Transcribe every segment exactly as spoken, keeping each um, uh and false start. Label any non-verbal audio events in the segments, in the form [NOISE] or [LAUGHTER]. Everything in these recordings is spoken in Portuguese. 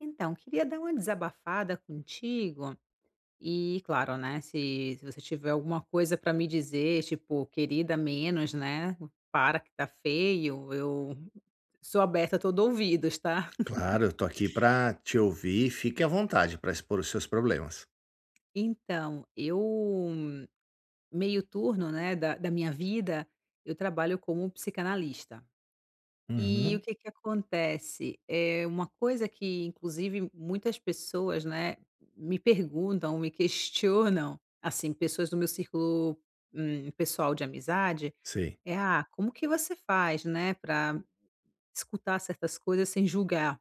Então, queria dar uma desabafada contigo e, claro, né, se, se você tiver alguma coisa para me dizer, tipo, querida, menos, né? Para que tá feio, eu sou aberta a todo ouvidos, tá? [LAUGHS] Claro, eu tô aqui para te ouvir. Fique à vontade para expor os seus problemas. Então, eu meio turno, né, da, da minha vida, eu trabalho como psicanalista. E o Uhum, que que acontece? É uma coisa que inclusive muitas pessoas, né, me perguntam, me [LAUGHS] questionam, assim, pessoas do meu círculo, hum, pessoal de amizade, sei. é: "Ah, como que você faz, né, para escutar certas coisas sem julgar?".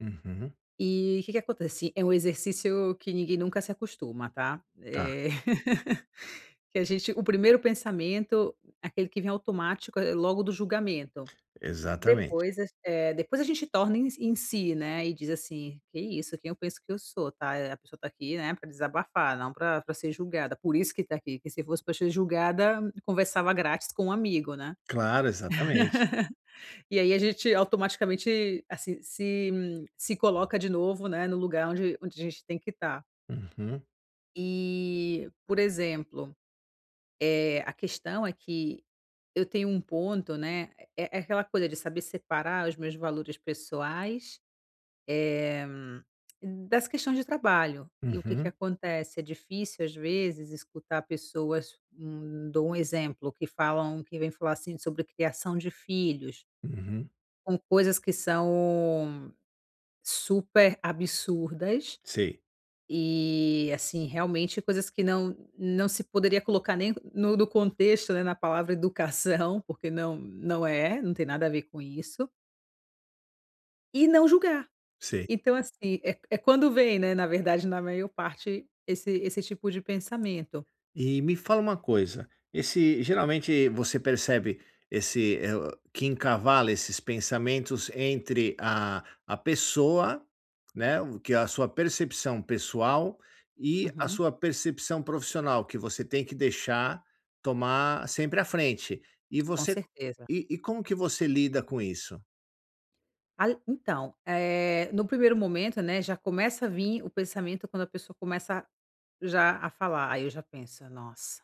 Uhum, E o que que acontece? É um exercício que ninguém nunca se acostuma, tá? tá, Eh, [LAUGHS] que a gente o primeiro pensamento, aquele que vem automático, é logo do julgamento. exatamente. Depois a eh, depois a gente torna em em si, né, e diz assim: "Que isso, quem eu penso que eu sou, tá?". Eh, a pessoa tá aqui, né, para desabafar, não para pra ser julgada, por isso que tá aqui, que se fosse para ser julgada, conversava grátis com um amigo, né. Claro, exatamente. E aí a gente automaticamente, assim, se hum, se coloca de novo, né, no lugar onde onde a gente tem que estar. Uhum, E, por exemplo, é a questão é que eu tenho um ponto, né, é é aquela coisa de saber separar os meus valores pessoais Eh, das questões de trabalho. E o que que uhum, acontece? É difícil, às vezes, escutar pessoas, hum, dou um exemplo, que falam que vem falar, assim, sobre criação de filhos, uhum, com coisas que são super absurdas sei, e, assim, realmente coisas que não não se poderia colocar nem no no contexto, né, na palavra educação, porque não não é, não tem nada a ver com isso, e não julgar. sei. Então, assim, é é quando vem, né, na verdade, na maior parte, esse esse tipo de pensamento. E me fala uma coisa, esse geralmente você percebe esse eh, que encavala esses pensamentos entre a a pessoa, né, o que é a sua percepção pessoal e a Uhum, sua percepção profissional, que você tem que deixar tomar sempre à frente. E com você certeza. e e como que você lida com isso? Al então, eh, no primeiro momento, né, já começa a vir o pensamento quando a pessoa começa já a falar, aí eu já penso: "Nossa,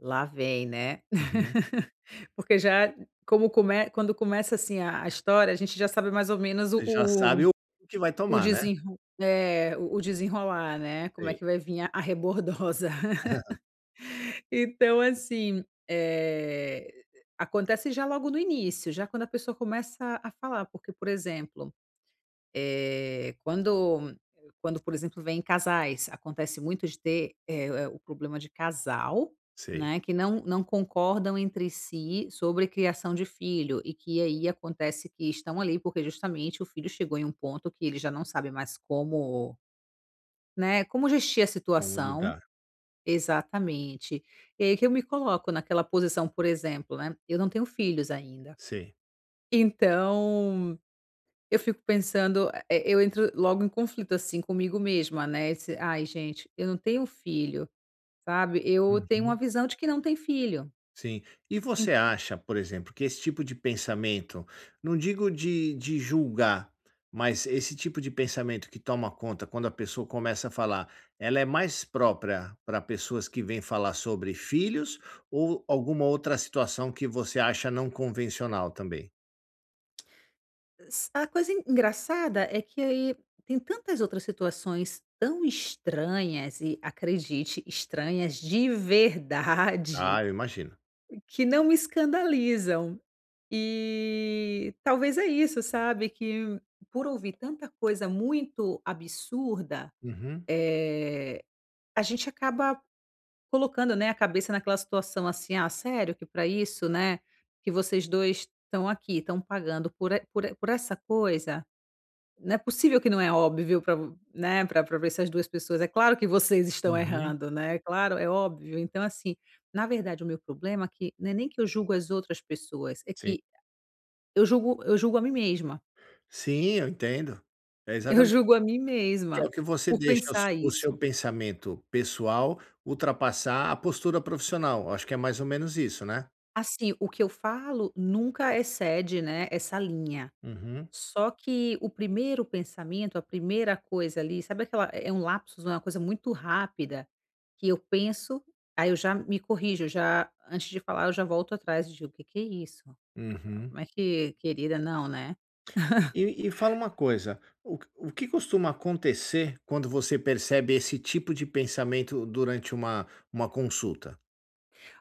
lá vem, né?" Uhum. [LAUGHS] Porque já como come quando começa, assim, a a história, a gente já sabe mais ou menos o Você já sabe o o que vai o tomar, né? desenro é, o o desenrolar, né, como é Sei. que vai vir a a rebordosa. [LAUGHS] [LAUGHS] Então, assim, eh, acontece já logo no início, já quando a pessoa começa a falar, porque, por exemplo, eh, quando quando, por exemplo, vêm casais, acontece muito de ter, eh eh, o problema de casal, Sei. né, que não não concordam entre si sobre criação de filho e que aí acontece que estão ali porque justamente o filho chegou em um ponto que ele já não sabe mais como, né, como gestir a Como situação. lidar. Exatamente. E aí que eu me coloco naquela posição, por exemplo, né, eu não tenho filhos ainda. Sei. Então eu fico pensando, eh, eu entro logo em conflito, assim, comigo mesma, né, esse: "Ai gente, eu não tenho filho", sabe, eu tenho uma Uhum. visão de que não tem filho. Sim. E En você acha, por exemplo, que esse tipo de pensamento, não digo de, de julgar, mas esse tipo de pensamento que toma conta quando a pessoa começa a falar, ela é mais própria para pessoas que vêm falar sobre filhos ou alguma outra situação que você acha não convencional também? s a coisa en engraçada é que aí tem tantas outras situações tão estranhas e, acredite, estranhas de verdade, Ah, eu imagino. que não me escandalizam. E talvez é isso, sabe, que por ouvir tanta coisa muito absurda, Uhum, eh a gente acaba colocando, né, a cabeça naquela situação assim: "Ah, sério que para isso, né, que vocês dois estão aqui, estão pagando por e por e por essa coisa? Não é possível que não é óbvio para né, para pra essas duas pessoas. É claro que vocês estão uhum. errando, né, é claro, é óbvio". Então assim, na verdade o meu problema é que não é nem que eu julgo as outras pessoas, é Sim. que eu julgo eu julgo a mim mesma. [LAUGHS] Sim, eu entendo. É Eu exatamente. julgo a mim Que é o mesma que você por deixa o pensar seu o seu isso. pensamento pessoal ultrapassar a postura profissional, acho que é mais ou menos isso, né? Assim, o que eu falo nunca excede, né, essa linha. Uhum, Só que o primeiro pensamento, a primeira coisa ali, sabe aquela é é um lapsus, uma coisa muito rápida, que eu penso, aí eu já me corrijo, já antes de falar eu já volto atrás e digo: o "Que que é isso? uhum. Como é que querida, não, né". E e fala uma coisa, o q o que costuma acontecer quando você percebe esse tipo de pensamento durante uma uma consulta?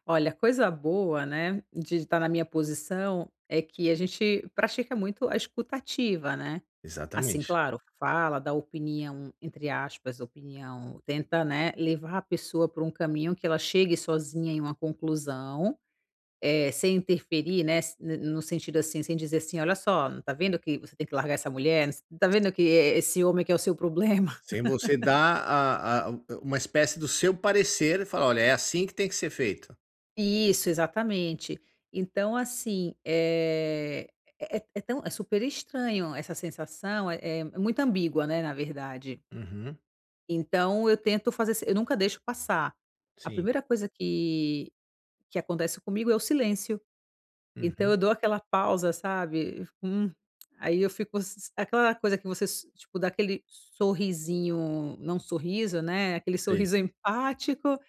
Olha, coisa boa, né, de estar na minha posição, é que a gente pratica muito a escutativa, né. Assim, Exatamente. claro, fala, dá opinião, entre aspas, opinião, tenta, né, levar a pessoa por um caminho que ela chegue sozinha em uma conclusão. Eh, sem interferir, né, s n no sentido, assim, sem dizer assim: "Olha só, não tá vendo que você tem que largar essa mulher? Não s tá vendo que e esse homem que é o seu problema?" [LAUGHS] Sem você dar a a uma espécie do seu parecer e falar: "Olha, é assim que tem que ser feito". Isso, exatamente. Então, assim, eh, é é é tão é super estranho essa sensação, é é muito ambígua, né, na verdade. Uhum, Então eu tento fazer se eu nunca deixo passar. A sim. primeira coisa que que acontece comigo é o silêncio. Então Uhum, eu dou aquela pausa, sabe, eu fico: "Hum", aí eu fico s aquela coisa que você s tipo, dá aquele sorrisinho, não sorriso, né, aquele sim, sorriso empático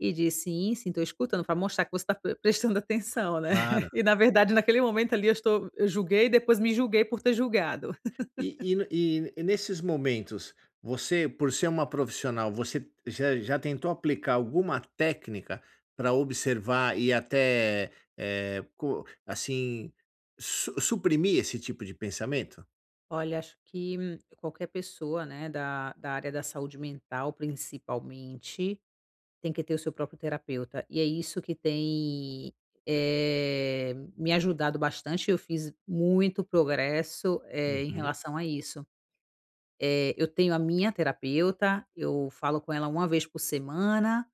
e diz: "Sim, sim, estou escutando", para mostrar que você está prestando atenção, né. claro. [LAUGHS] E na verdade naquele momento ali eu estou eu julguei e depois me julguei por ter julgado. E e e nesses momentos, você, por ser uma profissional, você já já tentou aplicar alguma técnica para observar e até, eh, co assim, su suprimir esse tipo de pensamento? Olha, acho que hum, qualquer pessoa, né, da da área da saúde mental principalmente, tem que ter o seu próprio terapeuta. E é isso que tem, eh, me ajudado bastante. Eu fiz muito progresso, eh, em Uhum, relação a isso. Eh, eu tenho a minha terapeuta, eu falo com ela uma vez por semana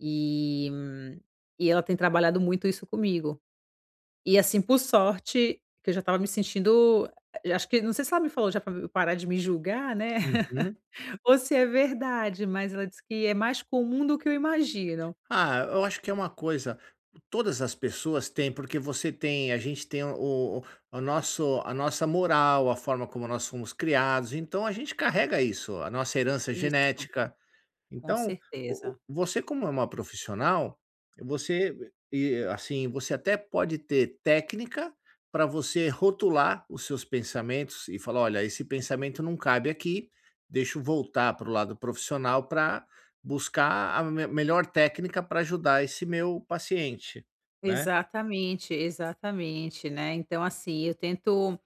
e, hum, e ela tem trabalhado muito isso comigo. E assim, por sorte, que eu já estava me sentindo eh, acho que não sei se ela me falou já para parar de me julgar, né, uhum. [LAUGHS] ou se é verdade, mas ela disse que é mais comum do que eu imagino. Ah, eu acho que é uma coisa todas as pessoas têm, porque você tem a gente tem o o o nosso a nossa moral, a forma como nós fomos criados, então a gente carrega isso, a nossa herança Isso. genética. Com Então, o o certeza. você como é uma profissional, você e assim, você até pode ter técnica para você rotular os seus pensamentos e falar: "Olha, esse pensamento não cabe aqui, deixa eu voltar para o lado profissional para buscar a me melhor técnica para ajudar esse meu paciente", né. Exatamente, exatamente, né. Então, assim, eu tento,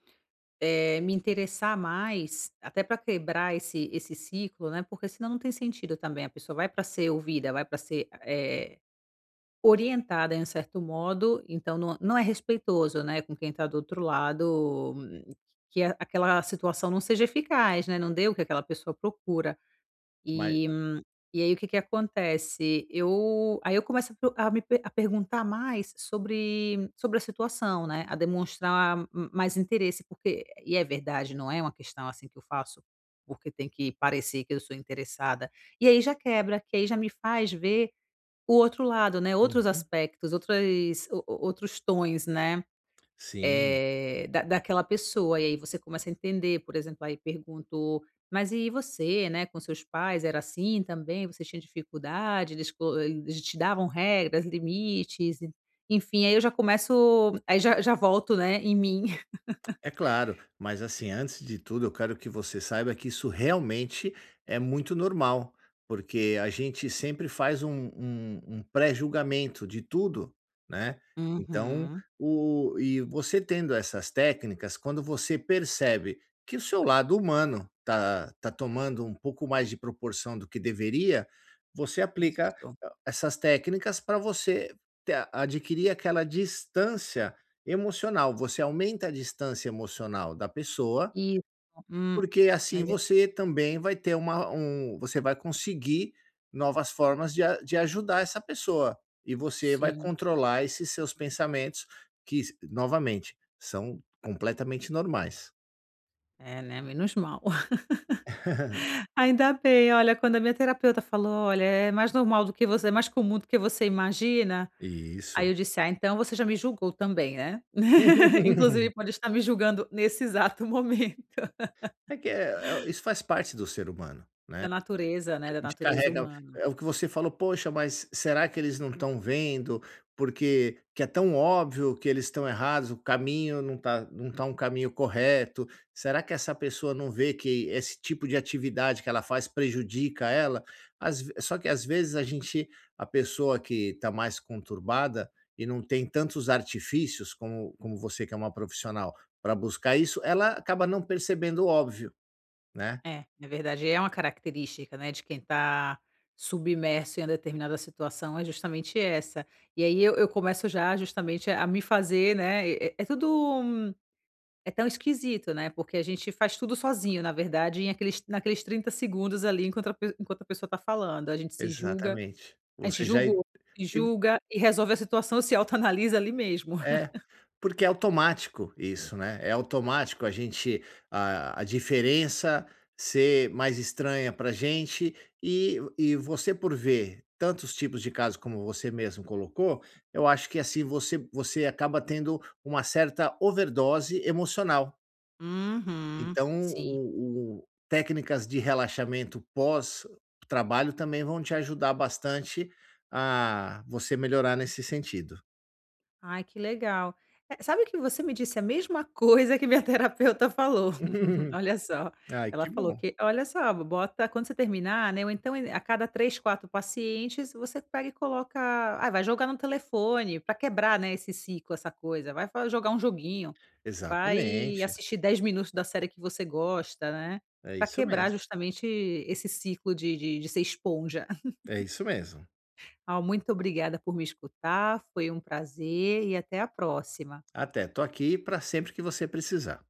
eh, me interessar mais, até para quebrar esse esse ciclo, né, porque senão não tem sentido também, a pessoa vai para ser ouvida, vai para ser, eh, orientada em um certo modo, então não não é respeitoso, né, com quem está do outro lado, hum, que a aquela situação não seja eficaz, né, não dê o que aquela pessoa procura. Mas E e aí o que que acontece, eu aí eu começo a pro a me per a perguntar mais sobre sobre a situação, né, a demonstrar m mais interesse, porque e é verdade, não é uma questão, assim, que eu faço porque tem que parecer que eu sou interessada. E aí já quebra, que aí já me faz ver o outro lado, né, outros uhum. aspectos, outras o o outros tons, né, Sim. eh, da daquela pessoa. E aí você começa a entender, por exemplo, aí perguntou: "Mas e você, né, com seus pais era assim também? Você tinha dificuldade? Eles co eles te davam regras, limites?" E enfim, aí eu já começo aí já já volto, né, em mim. [LAUGHS] É claro, mas assim, antes de tudo, eu quero que você saiba que isso realmente é muito normal, porque a gente sempre faz um, um- um pré-julgamento de tudo, né? Então, Uhum. o, e você tendo essas técnicas, quando você percebe que o seu lado humano tá, tá tomando um pouco mais de proporção do que deveria, você aplica Isso. eh, essas técnicas para você ter- adquirir aquela distância emocional, você aumenta a distância emocional da pessoa, Isso. Hum. porque É assim ver você também vai ter uma um você vai conseguir novas formas de a de ajudar essa pessoa, e você vai sim. controlar esses seus pensamentos que novamente, são completamente normais. É, né, menos mal. [LAUGHS] Ainda bem. Olha, quando a minha terapeuta falou: "Olha, é mais normal do que você é mais comum do que você imagina". Aí Isso. eu disse: "Ah, então você já me julgou também, né?" [LAUGHS] Inclusive [LAUGHS] pode estar me julgando nesse exato [LAUGHS] momento, É que é é isso faz parte do ser humano. da natureza, A né, da gente natureza carrega humana. é o que você falou: "Poxa, mas será que eles não estão vendo? Porque que é tão óbvio que eles estão errados, o caminho não tá não tá um caminho correto. Será que essa pessoa não vê que esse tipo de atividade que ela faz prejudica ela?" Às ve Só que às vezes a gente a pessoa que está mais conturbada e não tem tantos artifícios como como você que é uma profissional para buscar isso, ela acaba não percebendo o óbvio, né. É, na verdade é uma característica, né, de quem está submerso em uma determinada situação, é justamente essa. E aí eu eu começo já justamente a me fazer, né, é é é tudo hum, é tão esquisito, né, porque a gente faz tudo sozinho, na verdade, em aqueles naqueles trinta segundos ali enquanto a pe enquanto a pessoa está falando, a gente se julga. Exatamente. A gente Você já e julgou, se julga e resolve a situação, se autoanalisa ali mesmo. é, porque é automático isso, né, é automático a gente a a diferença ser mais estranha para gente e e você por ver tantos tipos de casos como você mesmo colocou, eu acho que assim você você acaba tendo uma certa overdose emocional. Uhum, Então sim. o o técnicas de relaxamento pós-trabalho também vão te ajudar bastante a você melhorar nesse sentido. Ai, que legal. Eh, sabe que você me disse a mesma coisa que minha terapeuta falou. [LAUGHS] [LAUGHS] Olha só, Ai, ela que falou bom. que: "Olha só, bota quando você terminar, né, ou então em- a cada três, quatro pacientes, você pega e coloca ah, vai jogar no telefone para quebrar, né, esse ciclo, essa coisa. Vai fa jogar um joguinho, vai Exatamente, assistir dez minutos da série que você gosta, né, é para isso mesmo, quebrar justamente esse ciclo de de de ser esponja". [LAUGHS] é isso mesmo. Ah, muito obrigada por me escutar, foi um prazer e até a próxima. Até, tô aqui para sempre que você precisar.